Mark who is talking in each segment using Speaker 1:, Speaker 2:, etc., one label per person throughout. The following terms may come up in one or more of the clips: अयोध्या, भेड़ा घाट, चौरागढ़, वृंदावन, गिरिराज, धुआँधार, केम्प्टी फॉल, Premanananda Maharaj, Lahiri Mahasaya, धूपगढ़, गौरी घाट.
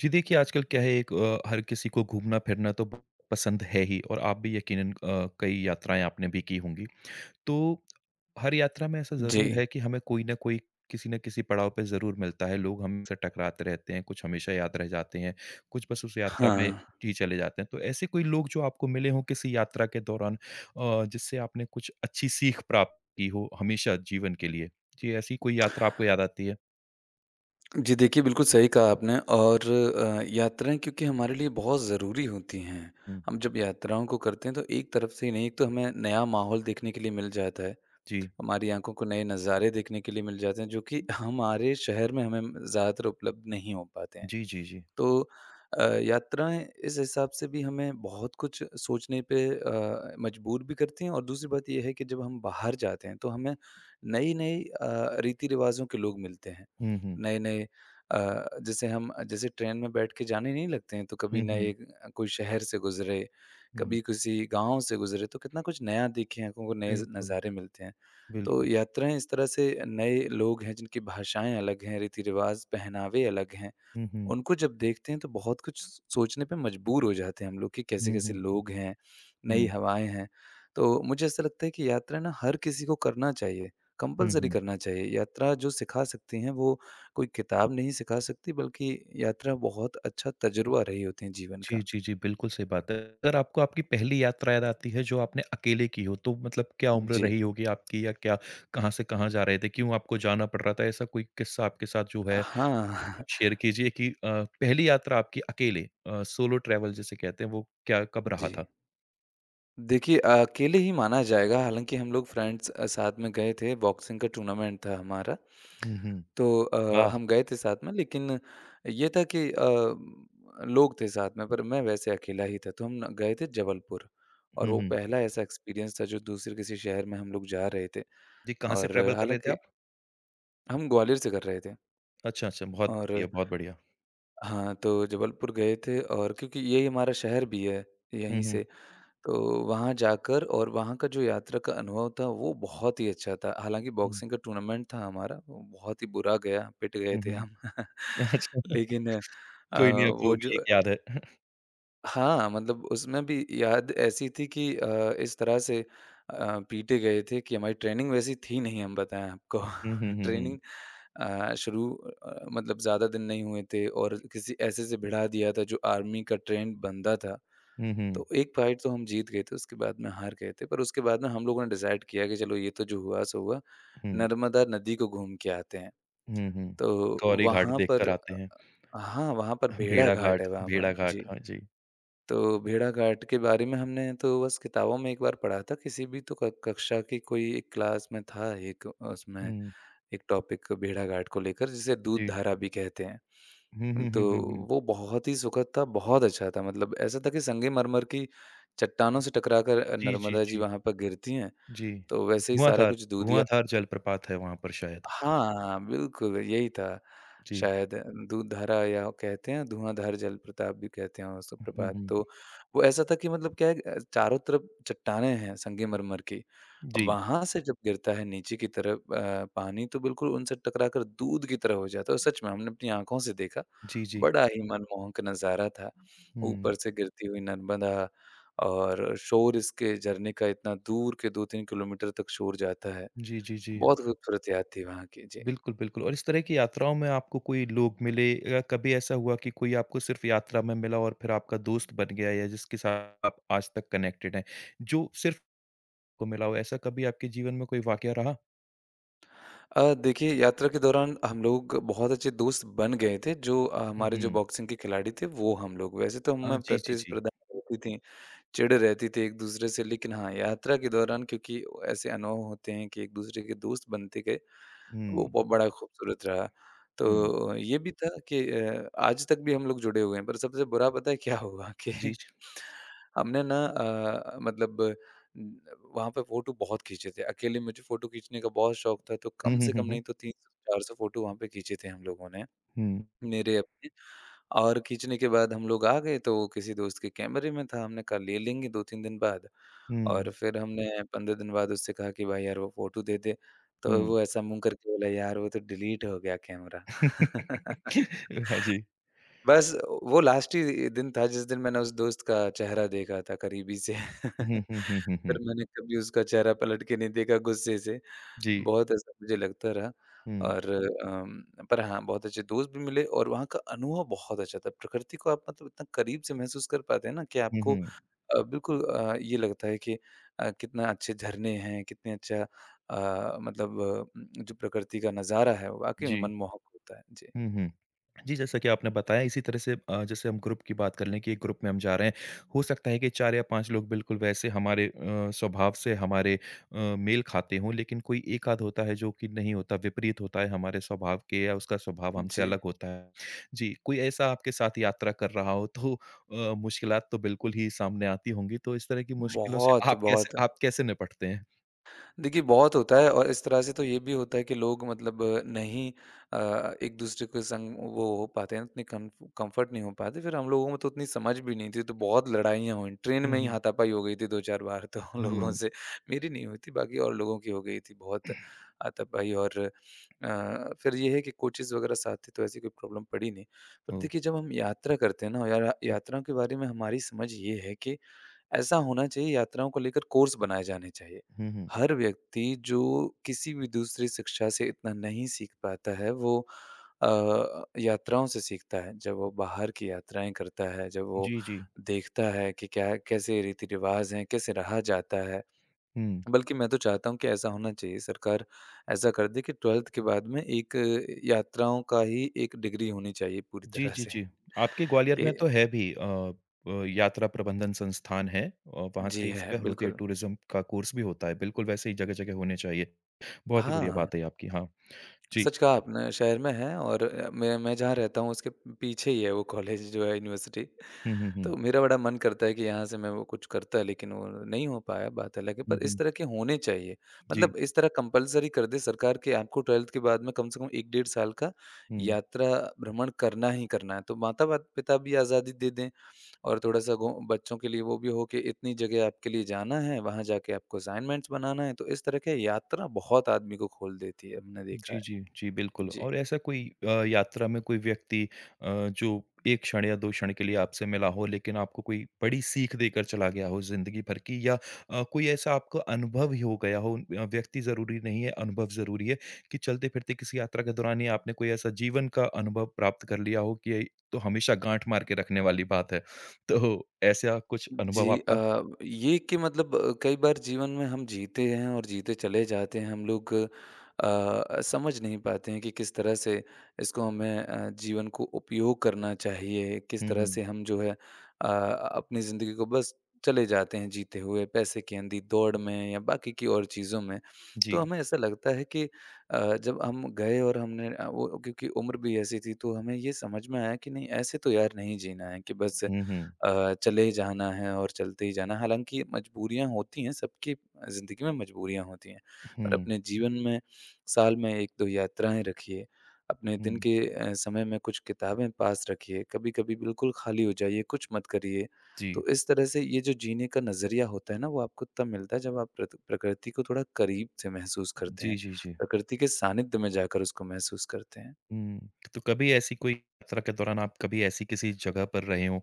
Speaker 1: जी देखिए, आजकल क्या है एक हर किसी को घूमना-फिरना तो ब पसंद है ही और आप भी यकीनन कई यात्राएँ आपने भी की होंगी। तो हर यात्रा में ऐसा ज़रूर
Speaker 2: जी,
Speaker 1: है कि हमें कोई न कोई किसी न किसी पड़ाव पे ज़रूर मिलता है। लोग हमसे टकराते रहते हैं, कुछ हमेशा याद रह जाते हैं, कुछ बस उस यात्रा में
Speaker 2: हाँ।
Speaker 1: ही चले जाते हैं। तो ऐसे कोई लोग जो आपको मिले हों किसी यात्रा के दौरान जिससे आपने कुछ अच्छी सीख प्राप्त की हो हमेशा जीवन के लिए? जी, ऐसी कोई यात्रा आपको याद आती है?
Speaker 2: जी, देखिए बिल्कुल सही कहा आपने और यात्राएँ क्योंकि हमारे लिए बहुत ज़रूरी होती हैं।
Speaker 1: हुँ।
Speaker 2: हम जब यात्राओं को करते हैं तो एक तरफ से ही नहीं, एक तो हमें नया माहौल देखने के लिए मिल जाता है,
Speaker 1: जी।
Speaker 2: हमारी आँखों को नए नज़ारे देखने के लिए मिल जाते हैं जो कि हमारे शहर में हमें ज़्यादातर उपलब्ध नहीं हो पाते हैं।
Speaker 1: जी, जी, जी।
Speaker 2: तो यात्राएँ इस हिसाब से भी हमें बहुत कुछ सोचने पे मजबूर भी करती हैं और दूसरी बात ये है कि जब हम बाहर जाते हैं तो हमें नई-नई रीति-रिवाज़ों के लोग मिलते हैं।
Speaker 1: हुँ, हुँ।
Speaker 2: नए-नए जैसे हम जैसे ट्रेन में बैठ के जाने नहीं लगते हैं तो कभी
Speaker 1: हुँ, हुँ।
Speaker 2: नए कोई शहर से गुज़रे,
Speaker 1: हुँ,
Speaker 2: कभी किसी गाँव से गुज़रे तो कितना कुछ नया देखें, आँखों को नए ज़
Speaker 1: बिल्कुल,
Speaker 2: नज़ारे मिलते हैं। तो
Speaker 1: बिल्कुल।
Speaker 2: यात्राएँ इस तरह से नए लोग हैं जिनकी भाषाएँ अलग हैं, रीति-रिवाज़, पहनावे अलग हैं।
Speaker 1: हुँ, हुँ।
Speaker 2: उनको जब देखते हैं तो बहुत कुछ स सोचने पे मजबूर हो जाते हैं हम लोग कि
Speaker 1: हुँ,
Speaker 2: कैसे-कैसे
Speaker 1: हुँ।
Speaker 2: लोग हैं, नई
Speaker 1: हुँ।
Speaker 2: हवाएँ हैं। तो मुझे ऐसा लगता है कि यात्रा ना हर किसी को करना चाहिए,
Speaker 1: हुँ,
Speaker 2: कंपल्सरी
Speaker 1: हुँ।
Speaker 2: करना चाहिए। यात्रा जो सिखा सकती हैं वो कोई किताब नहीं सिखा सकती बल्कि यात्रा बहुत अच्छा तजुर्बा रही होती है जीवन
Speaker 1: जी,
Speaker 2: का।
Speaker 1: जी, जी, बिल्कुल सही बात है। अगर आपको आपकी पहली यात्रा याद आती है जो आपने अकेले की हो तो मतलब क्या उम्र
Speaker 2: जी।
Speaker 1: रही होगी आपकी या क्या कहाँ से कहाँ जा रहे थे? क्यों आपको जाना पड़ रहा था? ऐसा कोई किस्सा आपके साथ जो है
Speaker 2: हाँ।
Speaker 1: आप शेयर कीजिए कि पहली यात्रा आपकी अकेले सोलो ट्रैवल जिसे कहते हैं वो क्या कब रहा
Speaker 2: जी।
Speaker 1: था?
Speaker 2: देखिए, अकेले ही माना जाएगा, हालाँकि हम लोग फ्रेंड्स साथ में गए थे, बॉक्सिंग का टूर्नामेंट था हमारा।
Speaker 1: हुँ, हुँ।
Speaker 2: तो
Speaker 1: वाह!
Speaker 2: हम गए थे साथ में लेकिन ये था कि लोग थे साथ में पर मैं वैसे अकेला ही था, तो हम न गए थे जबलपुर और
Speaker 1: हुँ,
Speaker 2: वो
Speaker 1: हुँ।
Speaker 2: पहला ऐसा एक्सपीरियंस था जो दूसरे किसी शहर में हम लोग जा रहे थे
Speaker 1: जी, कहाँ से
Speaker 2: और
Speaker 1: ट्रैवल कर रहे थे
Speaker 2: हालाँकि
Speaker 1: आप?
Speaker 2: हम ग्वालियर से कर रहे थे
Speaker 1: अच्छा, अच्छा बहुत बढ़िया,
Speaker 2: और
Speaker 1: बहुत बढ़िया।
Speaker 2: हाँ, तो जबलपुर गए थे और क्योंकि यही हमारा शहर भी है,
Speaker 1: हुँ,
Speaker 2: यहीं
Speaker 1: हुँ।
Speaker 2: से तो वहाँ जाकर और वहाँ का जो यात्रा का अनुभव था वो बहुत ही अच्छा था। हालाँकि
Speaker 1: हुँ।
Speaker 2: बॉक्सिंग का टूर्नामेंट था हमारा, वो बहुत ही बुरा गया, पिट गए
Speaker 1: हुँ,
Speaker 2: थे
Speaker 1: हुँ।
Speaker 2: हम।
Speaker 1: अच्छा।
Speaker 2: लेकिन
Speaker 1: कोई नहीं, आपको वो
Speaker 2: वो
Speaker 1: भी एक
Speaker 2: जो
Speaker 1: याद है।
Speaker 2: हाँ, मतलब उसमें भी याद ऐसी थी कि इस तरह से पीटे गए थे कि हमारी ट्रेनिंग वैसी थी नहीं हम बताएँ आपको।
Speaker 1: हुँ, हुँ, हुँ, हुँ।
Speaker 2: ट्रेनिंग मतलब ज़्यादा दिन नहीं हुए थे और किसी ऐसे से भिड़ा दिया था जो आर्मी का ट्रेंड बंदा था।
Speaker 1: हुँ, हुँ,
Speaker 2: तो एक फाइट तो हम जीत गए थे, उसके बाद में हार गए थे, पर उसके बाद में हम लोगों ने डिसाइड किया कि चलो ये तो जो हुआ सो हुआ,
Speaker 1: हुँ।
Speaker 2: नर्मदा नदी को घूम के आते हैं।
Speaker 1: हुँ, हुँ।
Speaker 2: तो
Speaker 1: गौरी घाट
Speaker 2: वहाँ
Speaker 1: देख
Speaker 2: पर
Speaker 1: कर आते हैं।
Speaker 2: हाँ, वहाँ पर भेड़ा घाट है वहाँ
Speaker 1: भेड़ा
Speaker 2: पर।
Speaker 1: घाट,
Speaker 2: जी,
Speaker 1: हाँ जी।
Speaker 2: तो भेड़ा घाट के बारे में हमने तो बस किताबों में एक बार पढ़ा था, किसी भी तो क कक्षा की कोई एक क्लास में था एक उसमें
Speaker 1: हुँ,
Speaker 2: एक टॉपिक भेड़ाघाट को लेकर जिसे दूध
Speaker 1: जी।
Speaker 2: धारा भी कहते हैं।
Speaker 1: हुँ, हुँ,
Speaker 2: तो
Speaker 1: हुँ, हुँ, हुँ।
Speaker 2: वो बहुत ही सुखद था, बहुत अच्छा था मतलब ऐसा था कि संगमरमर की चट्टानों से टकरा कर
Speaker 1: जी, जी,
Speaker 2: नर्मदा जी
Speaker 1: जी,
Speaker 2: वहाँ पर गिरती हैं,
Speaker 1: जी।
Speaker 2: तो वैसे ही सारा
Speaker 1: धुआँधार
Speaker 2: कुछ दूधिया
Speaker 1: धुआँधार जलप्रपात है वहाँ पर शायद।
Speaker 2: हाँ, बिल्कुल, यही था
Speaker 1: जी।
Speaker 2: शायद दूधधारा या कहते हैं धुआँधार जलप्रपात भी कहते हैं उसको
Speaker 1: हुँ,
Speaker 2: प्रपात।
Speaker 1: हुँ।
Speaker 2: तो वो ऐसा था कि मतलब क्या है चारों तरफ चट्टानें हैं संगमरमर की।
Speaker 1: जी।
Speaker 2: वहाँ से जब गिरता है नीचे की तरफ पानी तो बिल्कुल उनसे टकरा कर दूध की तरह हो जाता है और सच में हमने अपनी आँखों से देखा।
Speaker 1: जी, जी।
Speaker 2: बड़ा ही मनमोहक नज़ारा था।
Speaker 1: हुँ।
Speaker 2: ऊपर से गिरती हुई नर्मदा और शोर इसके झरने का इतना दूर के 2-3 किलोमीटर तक शोर जाता है।
Speaker 1: जी, जी, जी।
Speaker 2: बहुत खूबसूरत याद थी वहाँ की। जी।
Speaker 1: बिल्कुल, बिल्कुल और इस तरह की यात्राओं में आपको कोई लोग मिले या कभी ऐसा हुआ कि कोई आपको सिर्फ़ यात्रा में मिला और फिर आपका दोस्त बन गया या जिसके साथ आप आज तक कनेक्टेड हैं, जो सिर्फ़ को मिला हो, ऐसा कभी आपके जीवन में कोई वाक़या रहा?
Speaker 2: देखिए यात्रा के दौरान हम लोग बहुत अच्छे दोस्त बन गए थे जो
Speaker 1: हुँ,
Speaker 2: हमारे जो
Speaker 1: हुँ।
Speaker 2: बॉक्सिंग के खिलाड़ी थे वो हम लोग। वैसे तो हम में
Speaker 1: जी, जी, जी।
Speaker 2: प्रतिस्पर्धा रहती थी, चिढ़ रहती थी एक-दूसरे से लेकिन हाँ, यात्रा के दौरान क्योंकि ऐसे अनुभव होते हैं कि एक-दूसरे के दोस्त बनते गए वो
Speaker 1: हुँ,
Speaker 2: ब बड़ा खूबसूरत रहा।
Speaker 1: हुँ।
Speaker 2: तो ये भी था कि आज तक भी हम लोग जुड़े हुए हैं, पर सबसे बुरा पता है क्या हुआ कि
Speaker 1: जी, जी।
Speaker 2: हमने ना वहाँ पे फ़ोटो बहुत खींचे थे। अकेले मुझे फ़ोटो खींचने का बहुत शौक था, तो
Speaker 1: हुँ,
Speaker 2: कम
Speaker 1: हुँ,
Speaker 2: से
Speaker 1: हुँ,
Speaker 2: कम
Speaker 1: हुँ।
Speaker 2: नहीं तो 300-400 फ़ोटो वहाँ पे खींचे थे हम लोगों ने।
Speaker 1: हुँ,
Speaker 2: मेरे अपने और खींचने के बाद हम लोग आ गए तो वो किसी दोस्त के कैमरे में था। हमने कहा ले लेंगे 2-3 दिन बाद और
Speaker 1: हुँ,
Speaker 2: फिर हमने 15 दिन बाद उससे कहा कि भाई यार वो फ़ोटो दे दे। तो
Speaker 1: हुँ।
Speaker 2: वो ऐसा मुँह करके बोला यार वो तो डिलीट हो गया कैमरा।
Speaker 1: हाँ जी।
Speaker 2: बस वो लास्ट ही दिन था जिस दिन मैंने उस दोस्त का चेहरा देखा था करीबी से।
Speaker 1: हुँ, हुँ, हुँ, हुँ, हुँ।
Speaker 2: फिर मैंने कभी उसका चेहरा पलट के नहीं देखा गुस्से से।
Speaker 1: जी।
Speaker 2: बहुत ऐसा मुझे लगता रहा
Speaker 1: हुँ,
Speaker 2: और हुँ। पर हाँ, बहुत अच्छे दोस्त भी मिले और वहाँ का अनुभव बहुत अच्छा था। प्रकृति को आप मतलब इतना करीब से महसूस कर पाते हैं ना कि
Speaker 1: हुँ,
Speaker 2: आपको
Speaker 1: हुँ।
Speaker 2: ये लगता है कि कितना अच्छे झरने हैं, कितने अच्छा जो प्रकृति का नज़ारा है, वो वाक़ई में
Speaker 1: जी।
Speaker 2: मनमोहक होता है। जी।
Speaker 1: हुँ, हुँ। जी, जैसा कि आपने बताया इसी तरह से जैसे हम ग्रुप की बात कर लें कि एक ग्रुप में हम जा रहे हैं, हो सकता है कि 4 या 5 लोग बिल्कुल वैसे हमारे स्वभाव से हमारे मेल खाते हों, लेकिन कोई एक आध होता है जो कि नहीं होता, विपरीत होता है हमारे स्वभाव के या उसका स्वभाव हमसे
Speaker 2: जी।
Speaker 1: अलग होता है। जी, कोई ऐसा आपके साथ यात्रा कर रहा हो तो मुश्किलात तो बिल्कुल ही सामने आती होंगी, तो इस तरह की मुश्किलों से
Speaker 2: बहुत,
Speaker 1: आप कैसे
Speaker 2: बहुत
Speaker 1: आप कैसे निपटते हैं?
Speaker 2: देखिए, बहुत होता है और इस तरह से तो ये भी होता है कि लोग मतलब नहीं अ, एक-दूसरे के संग वो हो पाते हैं, उतने कम कम्फ़र्ट नहीं हो पाते। फिर हम लोगों में तो उतनी समझ भी नहीं थी, तो बहुत लड़ाइयाँ हुईं। ट्रेन
Speaker 1: हुँ,
Speaker 2: में ही
Speaker 1: हुँ।
Speaker 2: हाथापाई हो गई थी 2-4 बार तो उन लोगों
Speaker 1: हुँ,
Speaker 2: से। मेरी नहीं हुई थी, बाकी और लोगों की हो गई थी बहुत हाथापाई और फिर ये है कि कोचेज़ वगैरह साथ थे, तो ऐसी कोई प्रॉब्लम पड़ी नहीं। पर
Speaker 1: ओह!
Speaker 2: देखिए, जब हम यात्रा करते हैं ना यार
Speaker 1: जी।
Speaker 2: यात्राओं के बारे में हमारी समझ ये है कि ऐसा होना चाहिए, यात्राओं को लेकर कोर्स बनाए जाने चाहिए।
Speaker 1: हुँ, हुँ।
Speaker 2: हर व्यक्ति जो किसी भी दूसरी शिक्षा से इतना नहीं सीख पाता है वो यात्राओं से सीखता है। जब वो बाहर की यात्राएँ करता है, जब वो
Speaker 1: जी, जी।
Speaker 2: देखता है कि क्या कैसे रीति-रिवाज़ हैं, कैसे रहा जाता है।
Speaker 1: हुँ।
Speaker 2: बल्कि मैं तो चाहता हूँ कि ऐसा होना चाहिए सरकार ऐसा कर दे कि 12th के बाद में एक यात्राओं का ही एक डिग्री होनी चाहिए पूरी
Speaker 1: जी,
Speaker 2: तरह
Speaker 1: जी,
Speaker 2: से।
Speaker 1: जी। आपके ग्वालियर में
Speaker 2: कि
Speaker 1: तो है भी यात्रा प्रबंधन संस्थान है और वहाँ
Speaker 2: जी
Speaker 1: से
Speaker 2: है,
Speaker 1: इसपे होती है
Speaker 2: बिल्कुल।
Speaker 1: टूरिज़्म का कोर्स भी होता है। बिल्कुल वैसे ही जगह-जगह होने चाहिए। बहुत ही बढ़िया
Speaker 2: हाँ।
Speaker 1: बात है आपकी। हाँ, जी।
Speaker 2: सच कहा आपने, शहर में है और अ, मैं जहाँ रहता हूँ उसके पीछे ही है वो कॉलेज जो है यूनिवर्सिटी।
Speaker 1: हुँ, हुँ, हुँ।
Speaker 2: तो मेरा बड़ा मन करता है कि यहाँ से मैं वो कुछ करता लेकिन वो नहीं हो पाया बात अलग है,
Speaker 1: हुँ,
Speaker 2: पर इस
Speaker 1: हुँ।
Speaker 2: तरह के होने चाहिए।
Speaker 1: जी।
Speaker 2: मतलब इस तरह कंपल्सरी कर दे सरकार कि आपको 12th के बाद में कम से कम 1 डेढ़ साल का
Speaker 1: हुँ।
Speaker 2: यात्रा भ्रमण करना ही करना है। तो माता-पिता भी आज़ादी दे दें और थोड़ा-सा घो बच्चों के लिए वो भी हो कि इतनी जगह आपके लिए जाना है, वहाँ जाके आपको असाइनमेंट्स बनाना है, तो इस तरह के यात्रा बहुत आदमी को खोल देती है, हमने देखा
Speaker 1: जी,
Speaker 2: है।
Speaker 1: जी। जी, बिल्कुल
Speaker 2: जी।
Speaker 1: और ऐसा कोई यात्रा में कोई व्यक्ति जो 1 क्षण या 2 क्षण के लिए आपसे मिला हो लेकिन आपको कोई बड़ी सीख देकर चला गया हो ज़िंदगी भर की या कोई ऐसा आपका अनुभव ही हो गया हो व्यक्ति ज़रूरी नहीं है, अनुभव ज़रूरी है कि चलते-फिरते किसी यात्रा के दौरान ही आपने कोई ऐसा जीवन का अनुभव प्राप्त कर लिया हो कि ये तो हमेशा गाँठ मार के रखने वाली बात है। तो ऐसा कुछ अनुभव
Speaker 2: जी
Speaker 1: आपका
Speaker 2: ये कि मतलब कई बार जीवन में हम जीते हैं और जीते चले जाते हैं हम लोग समझ नहीं पाते हैं कि किस तरह से इसको हमें जीवन को उपयोग करना चाहिए, किस
Speaker 1: हुँ,
Speaker 2: तरह
Speaker 1: हुँ।
Speaker 2: से हम जो है अपनी ज़िंदगी को बस चले जाते हैं जीते हुए, पैसे की अंधी दौड़ में या बाकी की और चीज़ों में।
Speaker 1: जी।
Speaker 2: तो हमें ऐसा लगता है कि जब हम गए और हमने वो क्योंकि उम्र भी ऐसी थी तो हमें ये समझ में आया कि नहीं ऐसे तो यार नहीं जीना है कि बस
Speaker 1: हुँ, हुँ।
Speaker 2: चले ही जाना है और चलते ही जाना है। हालाँकि मजबूरियाँ होती हैं, सबकी ज़िंदगी में मजबूरियाँ होती हैं, पर
Speaker 1: हुँ,
Speaker 2: अपने जीवन में साल में 1-2 यात्राएँ रखिए, अपने दिन
Speaker 1: हुँ।
Speaker 2: के समय में कुछ किताबें पास रखिए, कभी-कभी बिल्कुल खाली हो जाइए, कुछ मत करिए।
Speaker 1: जी।
Speaker 2: तो इस तरह से ये जो जीने का नज़रिया होता है ना, वो आपको तब मिलता है जब आप प्रत प्रकृति को थोड़ा करीब से महसूस करते
Speaker 1: जी,
Speaker 2: हैं,
Speaker 1: जी, जी।
Speaker 2: प्रकृति के सानिध्य में जाकर उसको महसूस करते हैं।
Speaker 1: हुँ। तो कभी ऐसी कोई यात्रा के दौरान आप कभी ऐसी किसी जगह पर रहे हों,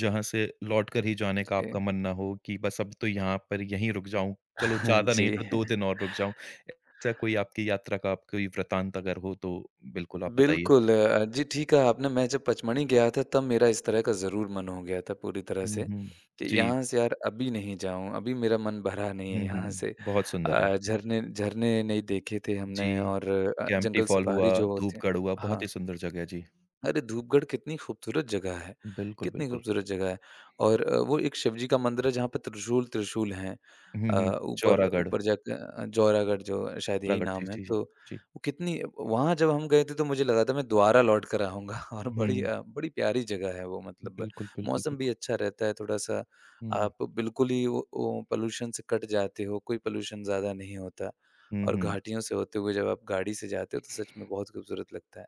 Speaker 1: जहाँ से लौटकर ही जाने का
Speaker 2: जी।
Speaker 1: आपका मन ना हो कि बस अब तो यहाँ पर यहीं रुक जाऊँ, चलो
Speaker 2: हाँ
Speaker 1: ज़्यादा
Speaker 2: जी।
Speaker 1: नहीं तो 2 दिन और रुक जाऊँ। ऐसा कोई आपकी यात्रा का आप कोई वृतांत अगर हो तो बिल्कुल आप बताइए?
Speaker 2: बिल्कुल जी ठीक कहा आपने। मैं जब पचमढ़ी गया था तब मेरा इस तरह का ज़रूर मन हो गया था पूरी तरह
Speaker 1: हुँ,
Speaker 2: से
Speaker 1: हुँ।
Speaker 2: कि
Speaker 1: जी।
Speaker 2: यहाँ से यार अभी नहीं जाऊँ, अभी मेरा मन भरा नहीं है
Speaker 1: हुँ,
Speaker 2: यहाँ
Speaker 1: हुँ।
Speaker 2: से।
Speaker 1: बहुत सुंदर है।
Speaker 2: अ, झरने झरने नहीं देखे थे
Speaker 1: जी,
Speaker 2: हमने और
Speaker 1: केम्प्टी
Speaker 2: जंगल
Speaker 1: फॉल हुआ,
Speaker 2: सफारी जो होती है
Speaker 1: धूपगढ़ हुआ, बहुत ही
Speaker 2: हाँ।
Speaker 1: सुंदर जगह है। जी।
Speaker 2: अरे! धूपगढ़ कितनी खूबसूरत जगह है,
Speaker 1: बिल्कुल,
Speaker 2: कितनी
Speaker 1: बिल्कुल।
Speaker 2: खूबसूरत जगह है। और वो एक शिव जी का मंदिर है जहाँ पे त्रिशूल त्रिशूल हैं।
Speaker 1: हुँ,
Speaker 2: अ,
Speaker 1: हुँ।
Speaker 2: ऊपर
Speaker 1: चौरागढ़
Speaker 2: ऊपर जाके जौरागढ़ जो शायद यही
Speaker 1: चौरागढ़ जी,
Speaker 2: नाम है,
Speaker 1: जी,
Speaker 2: तो
Speaker 1: जी।
Speaker 2: वो कितनी वहाँ जब हम गए थे तो मुझे लगा था मैं दोबारा लौट कर आऊँगा और बड़ी
Speaker 1: हुँ।
Speaker 2: बड़ी प्यारी जगह है वो मतलब
Speaker 1: बिल्कुल, बिल्कुल,
Speaker 2: मौसम भी
Speaker 1: बिल्कुल।
Speaker 2: अच्छा रहता है थोड़ा-सा।
Speaker 1: हुँ।
Speaker 2: आप बिल्कुल ही वो पॉल्यूशन से कट जाते हो, कोई पॉल्यूशन ज़्यादा नहीं होता।
Speaker 1: हुँ,
Speaker 2: और
Speaker 1: हुँ।
Speaker 2: घाटियों से होते हुए जब आप गाड़ी से जाते हो तो सच में बहुत खूबसूरत लगता है।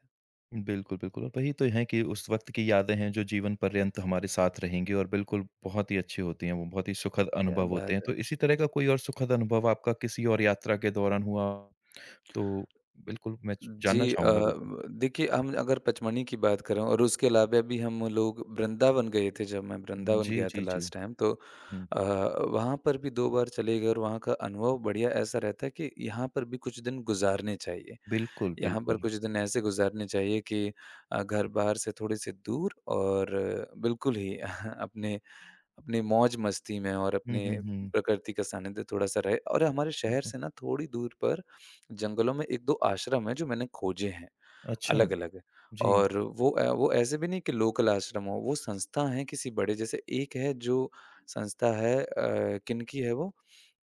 Speaker 1: बिल्कुल, बिल्कुल और वही तो हैं कि उस वक़्त की यादें हैं जो जीवन पर्यंत हमारे साथ रहेंगी और बिल्कुल बहुत ही अच्छी होती हैं, वो बहुत ही सुखद
Speaker 2: क्या
Speaker 1: अनुभव होते
Speaker 2: बात
Speaker 1: हैं। तो
Speaker 2: है!
Speaker 1: इसी तरह का कोई और सुखद अनुभव आपका किसी और यात्रा के दौरान हुआ तो बिल्कुल मैं च जानना
Speaker 2: जी, अ,
Speaker 1: चाहूँगा बिल्कुल।
Speaker 2: ब देखिए हम अगर पचमणी की बात करें और उसके अलावा भी हम लोग वृंदावन गए थे। जब मैं वृंदावन
Speaker 1: जी,
Speaker 2: गया था
Speaker 1: जी, जी।
Speaker 2: लास्ट टाइम तो
Speaker 1: हुँ,
Speaker 2: वहाँ पर भी 2 बार चले गए और वहाँ का अनुभव बढ़िया ऐसा रहता है कि यहाँ पर भी कुछ दिन गुज़ारने चाहिए।
Speaker 1: बिल्कुल,
Speaker 2: यहाँ पर
Speaker 1: बिल्कुल।
Speaker 2: कुछ दिन ऐसे गुज़ारने चाहिए कि घर-बार से थोड़े-से दूर और बिल्कुल ही अपने अपनी मौज-मस्ती में और
Speaker 1: हुँ,
Speaker 2: अपने
Speaker 1: हुँ, हुँ।
Speaker 2: प्रकृति का सानिध्य थोड़ा-सा रहे। और हमारे शहर
Speaker 1: बिल्कुल।
Speaker 2: से ना थोड़ी दूर पर जंगलों में 1-2 आश्रम हैं जो मैंने खोजे हैं,
Speaker 1: अच्छा,
Speaker 2: अलग-अलग।
Speaker 1: जी।
Speaker 2: और वो ऐसे भी नहीं कि लोकल आश्रम हो, वो संस्था हैं किसी बड़े। जैसे एक है जो संस्था है, किनकी है वो?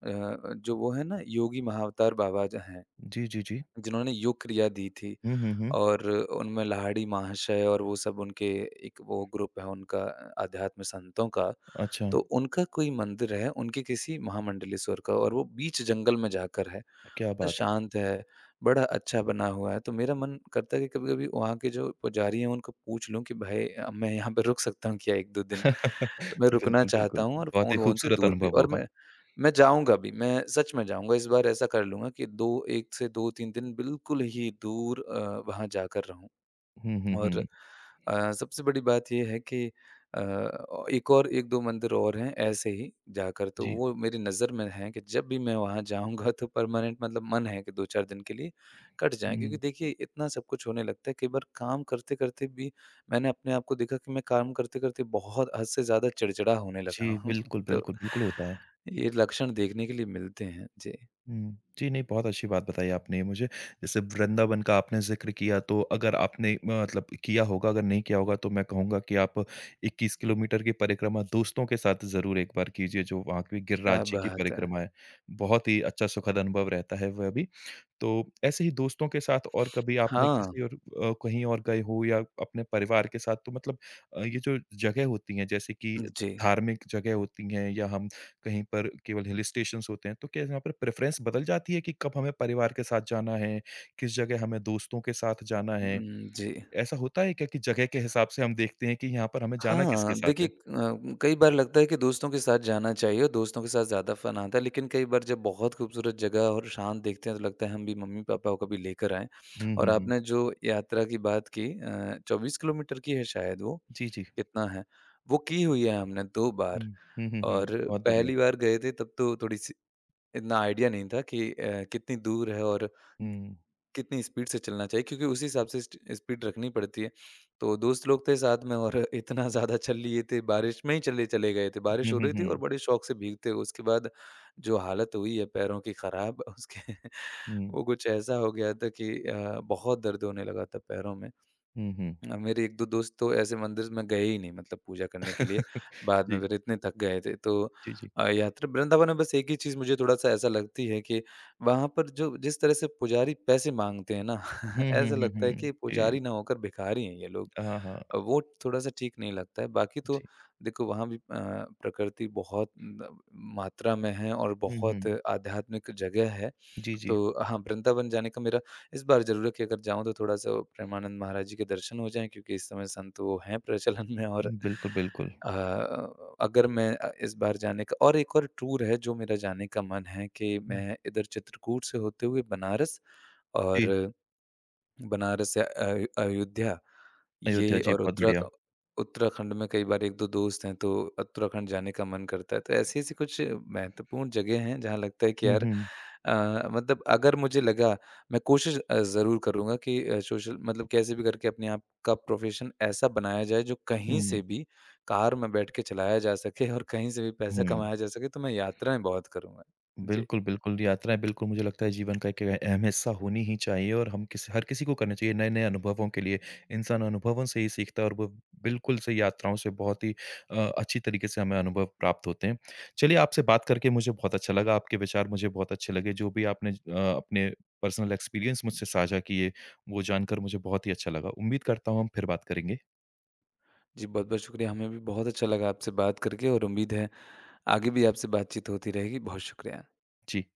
Speaker 2: अ, जो वो है ना, योगी महाअवतार बाबा ज हैं,
Speaker 1: जी, जी, जी।
Speaker 2: जिन्होंने योग क्रिया दी थी।
Speaker 1: हुँ, हुँ, हुँ।
Speaker 2: और उनमें लाहिड़ी महाशय और वो सब उनके एक वो ग्रुप है उनका आध्यात्म संतों का।
Speaker 1: अच्छा,
Speaker 2: तो उनका कोई मंदिर है, उनके किसी महामंडलेश्वर का, और वो बीच जंगल में जाकर है।
Speaker 1: क्या
Speaker 2: तो
Speaker 1: बात!
Speaker 2: शांत है, बड़ा अच्छा बना हुआ है। तो मेरा मन करता है कि कभी-कभी वहाँ के जो पुजारी हैं उनको पूछ लूँ कि भाई मैं यहाँ पे रुक सकता हूँ क्या 1-2 दिन? तो मैं रुकना
Speaker 1: बिल्कुल,
Speaker 2: चाहता
Speaker 1: बिल्कुल।
Speaker 2: हूँ और
Speaker 1: बहुत ही
Speaker 2: फ़ोन-वोन से
Speaker 1: खूबसूरत
Speaker 2: दूर भी।
Speaker 1: अनुभव
Speaker 2: और
Speaker 1: होगा।
Speaker 2: मैं जाऊँगा भी, मैं सच में जाऊँगा। इस बार ऐसा कर लूँगा कि 2 1 से 2-3 दिन बिल्कुल ही दूर वहाँ जाकर रहूँ।
Speaker 1: हुँ, हुँ,
Speaker 2: और
Speaker 1: हुँ।
Speaker 2: सबसे बड़ी बात ये है कि अ, औ एक और 1-2 मंदिर और हैं ऐसे ही जाकर, तो
Speaker 1: जी।
Speaker 2: वो मेरी नज़र में हैं कि जब भी मैं वहाँ जाऊँगा तो परमानेंट मतलब मन है कि 2-4 दिन के लिए कट जाएँ। क्योंकि
Speaker 1: हुँ।
Speaker 2: देखिए इतना सब कुछ होने लगता है, कई बार काम करते-करते भी मैंने अपने आप को देखा कि मैं काम करते-करते बहुत हद से ज़्यादा चिड़चिड़ा होने
Speaker 1: जी,
Speaker 2: लगा हूँ।
Speaker 1: बिल्कुल,
Speaker 2: तो
Speaker 1: बिल्कुल, बिल्कुल होता है।
Speaker 2: ये लक्षण देखने के लिए मिलते हैं। जी,
Speaker 1: हुँ। जी, नहीं बहुत अच्छी बात बताई आपने मुझे। जैसे वृंदावन का आपने ज़िक्र किया तो अगर आपने मतलब किया होगा, अगर नहीं किया होगा तो मैं कहूँगा कि आप 21 किलोमीटर की परिक्रमा दोस्तों के साथ ज़रूर एक बार कीजिए, जो वहाँ की गिरिराज
Speaker 2: क्या
Speaker 1: जी की
Speaker 2: बात है!
Speaker 1: परिक्रमा है। बहुत ही अच्छा सुखद अनुभव रहता है वह भी। तो ऐसे ही दोस्तों के साथ और कभी आपने
Speaker 2: हाँ,
Speaker 1: किसी और कहीं और गए हो या अपने परिवार के साथ तो मतलब ये जो जगह होती हैं जैसे कि
Speaker 2: जी।
Speaker 1: धार्मिक जगह होती हैं या हम कहीं पर केवल हिल स्टेशंस होते हैं तो क्या यहाँ पर प्रेफरेंस बदल जाती है कि कब हमें परिवार के साथ जाना है, किस जगह हमें दोस्तों के साथ जाना है?
Speaker 2: जी।
Speaker 1: ऐसा होता है क्या कि जगह के हिसाब से हम देखते हैं कि यहाँ पर हमें जाना किसके
Speaker 2: हाँ,
Speaker 1: साथ
Speaker 2: देखिए
Speaker 1: है?
Speaker 2: कई बार लगता है कि दोस्तों के साथ जाना चाहिए और दोस्तों के साथ ज़्यादा फ़न आता है, लेकिन कई बार जब बहुत खूबसूरत जगह और शांत देखते हैं, तो लगता है हम भी मम्मी-पापा को कभी लेकर आएँ।
Speaker 1: हुँ,
Speaker 2: और
Speaker 1: हुँ, हुँ।
Speaker 2: आपने जो यात्रा की बात की 24 किलोमीटर की है शायद वो,
Speaker 1: जी, जी।
Speaker 2: कितना है? वो की हुई है हमने 2 बार।
Speaker 1: हुँ, हुँ, हुँ, हुँ।
Speaker 2: और
Speaker 1: बहुत बढ़िया।
Speaker 2: पहली बार गए थे तब तो थोड़ी-सी इतना आइडिया नहीं था कि कितनी दूर है और
Speaker 1: हुँ।
Speaker 2: कितनी स्पीड से चलना चाहिए, क्योंकि उसी हिसाब से स्ट स्पीड रखनी पड़ती है। तो दोस्त लोग थे साथ में और इतना ज़्यादा चल लिए थे, बारिश में ही चले चले गए थे। बारिश
Speaker 1: हुँ,
Speaker 2: हो
Speaker 1: हुँ,
Speaker 2: रही थी और
Speaker 1: हुँ।
Speaker 2: बड़े शौक से भीगते हुए उसके बाद जो हालत हुई है पैरों की ख़राब उसके
Speaker 1: हुँ,
Speaker 2: वो कुछ ऐसा हो गया था कि बहुत दर्द होने लगा था पैरों में।
Speaker 1: हुँ, हुँ।
Speaker 2: मेरे 1-2 दोस्त तो ऐसे मंदिर में गए ही नहीं मतलब पूजा करने के लिए, बाद में
Speaker 1: जी,
Speaker 2: फिर इतने थक गए थे। तो
Speaker 1: जी, जी।
Speaker 2: यात्रा वृंदावन में बस एक ही चीज़ मुझे थोड़ा-सा ऐसा लगती है कि वहाँ पर जो जिस तरह से पुजारी पैसे माँगते हैं ना,
Speaker 1: हुँ, हुँ,
Speaker 2: ऐसा
Speaker 1: हुँ,
Speaker 2: लगता है
Speaker 1: हुँ।
Speaker 2: कि
Speaker 1: जी।
Speaker 2: पुजारी ना होकर भिखारी हैं ये लोग।
Speaker 1: हाँ, हाँ।
Speaker 2: वो थोड़ा-सा ठीक नहीं लगता है, बाकी तो
Speaker 1: जी।
Speaker 2: देखो वहाँ भी प्रकृति बहुत न मात्रा में है और
Speaker 1: हुँ,
Speaker 2: बहुत
Speaker 1: हुँ।
Speaker 2: आध्यात्मिक जगह है।
Speaker 1: जी, जी।
Speaker 2: तो हाँ, वृंदावन जाने का मेरा इस बार ज़रूर है कि अगर जाऊँ तो थोड़ा-सा प्रेमानंद महाराज जी के दर्शन हो जाएँ, क्योंकि इस समय संत वो हैं प्रचलन में। और
Speaker 1: बिल्कुल, बिल्कुल।
Speaker 2: अ, अगर मैं इस बार जाने का और एक और टूर है जो मेरा जाने का मन है कि
Speaker 1: हुँ,
Speaker 2: मैं इधर चित्रकूट से होते हुए बनारस,
Speaker 1: जी,
Speaker 2: और बनारस से अयोध्या,
Speaker 1: अयोध्या
Speaker 2: ये।
Speaker 1: जी
Speaker 2: और
Speaker 1: बहुत बढ़िया।
Speaker 2: उत्तराखंड में कई बार 1-2 दोस्त हैं, तो उत्तराखंड जाने का मन करता है। तो ऐसी-ऐसी कुछ महत्वपूर्ण जगह हैं, जहाँ लगता है कि
Speaker 1: हुँ,
Speaker 2: यार
Speaker 1: हुँ।
Speaker 2: मतलब अगर मुझे लगा मैं कोशिश ज़रूर करूँगा कि सोशल मतलब कैसे भी करके अपने आप का प्रोफ़ेशन ऐसा बनाया जाए, जो कहीं
Speaker 1: हुँ,
Speaker 2: से भी कार में बैठ के चलाया जा सके और कहीं से भी पैसा
Speaker 1: हुँ।
Speaker 2: कमाया जा सके, तो मैं यात्राएँ बहुत करूँगा। जी।
Speaker 1: बिल्कुल, बिल्कुल। यात्राएँ बिल्कुल मुझे लगता है जीवन का एक अहम हिस्सा होनी ही चाहिए और हम किसी हर किसी को करनी चाहिए नए-नए अनुभवों के लिए। इंसान अनुभवों से ही सीखता है और वो बिल्कुल से यात्राओं से बहुत ही अच्छी तरीके से हमें अनुभव प्राप्त होते हैं। चलिए आपसे बात करके मुझे बहुत अच्छा लगा, आपके विचार मुझे बहुत अच्छे लगे, जो भी आपने अपने पर्सनल एक्सपीरियंस मुझसे साझा किए, वो जानकर मुझे बहुत ही अच्छा लगा। उम्मीद करता हूँ हम फिर बात करेंगे।
Speaker 2: जी, बहुत-बहुत शुक्रिया। हमें भी बहुत अच्छा लगा आपसे बात करके, और उम्मीद है आगे भी आपसे बातचीत होती रहेगी। बहुत शुक्रिया।
Speaker 1: जी।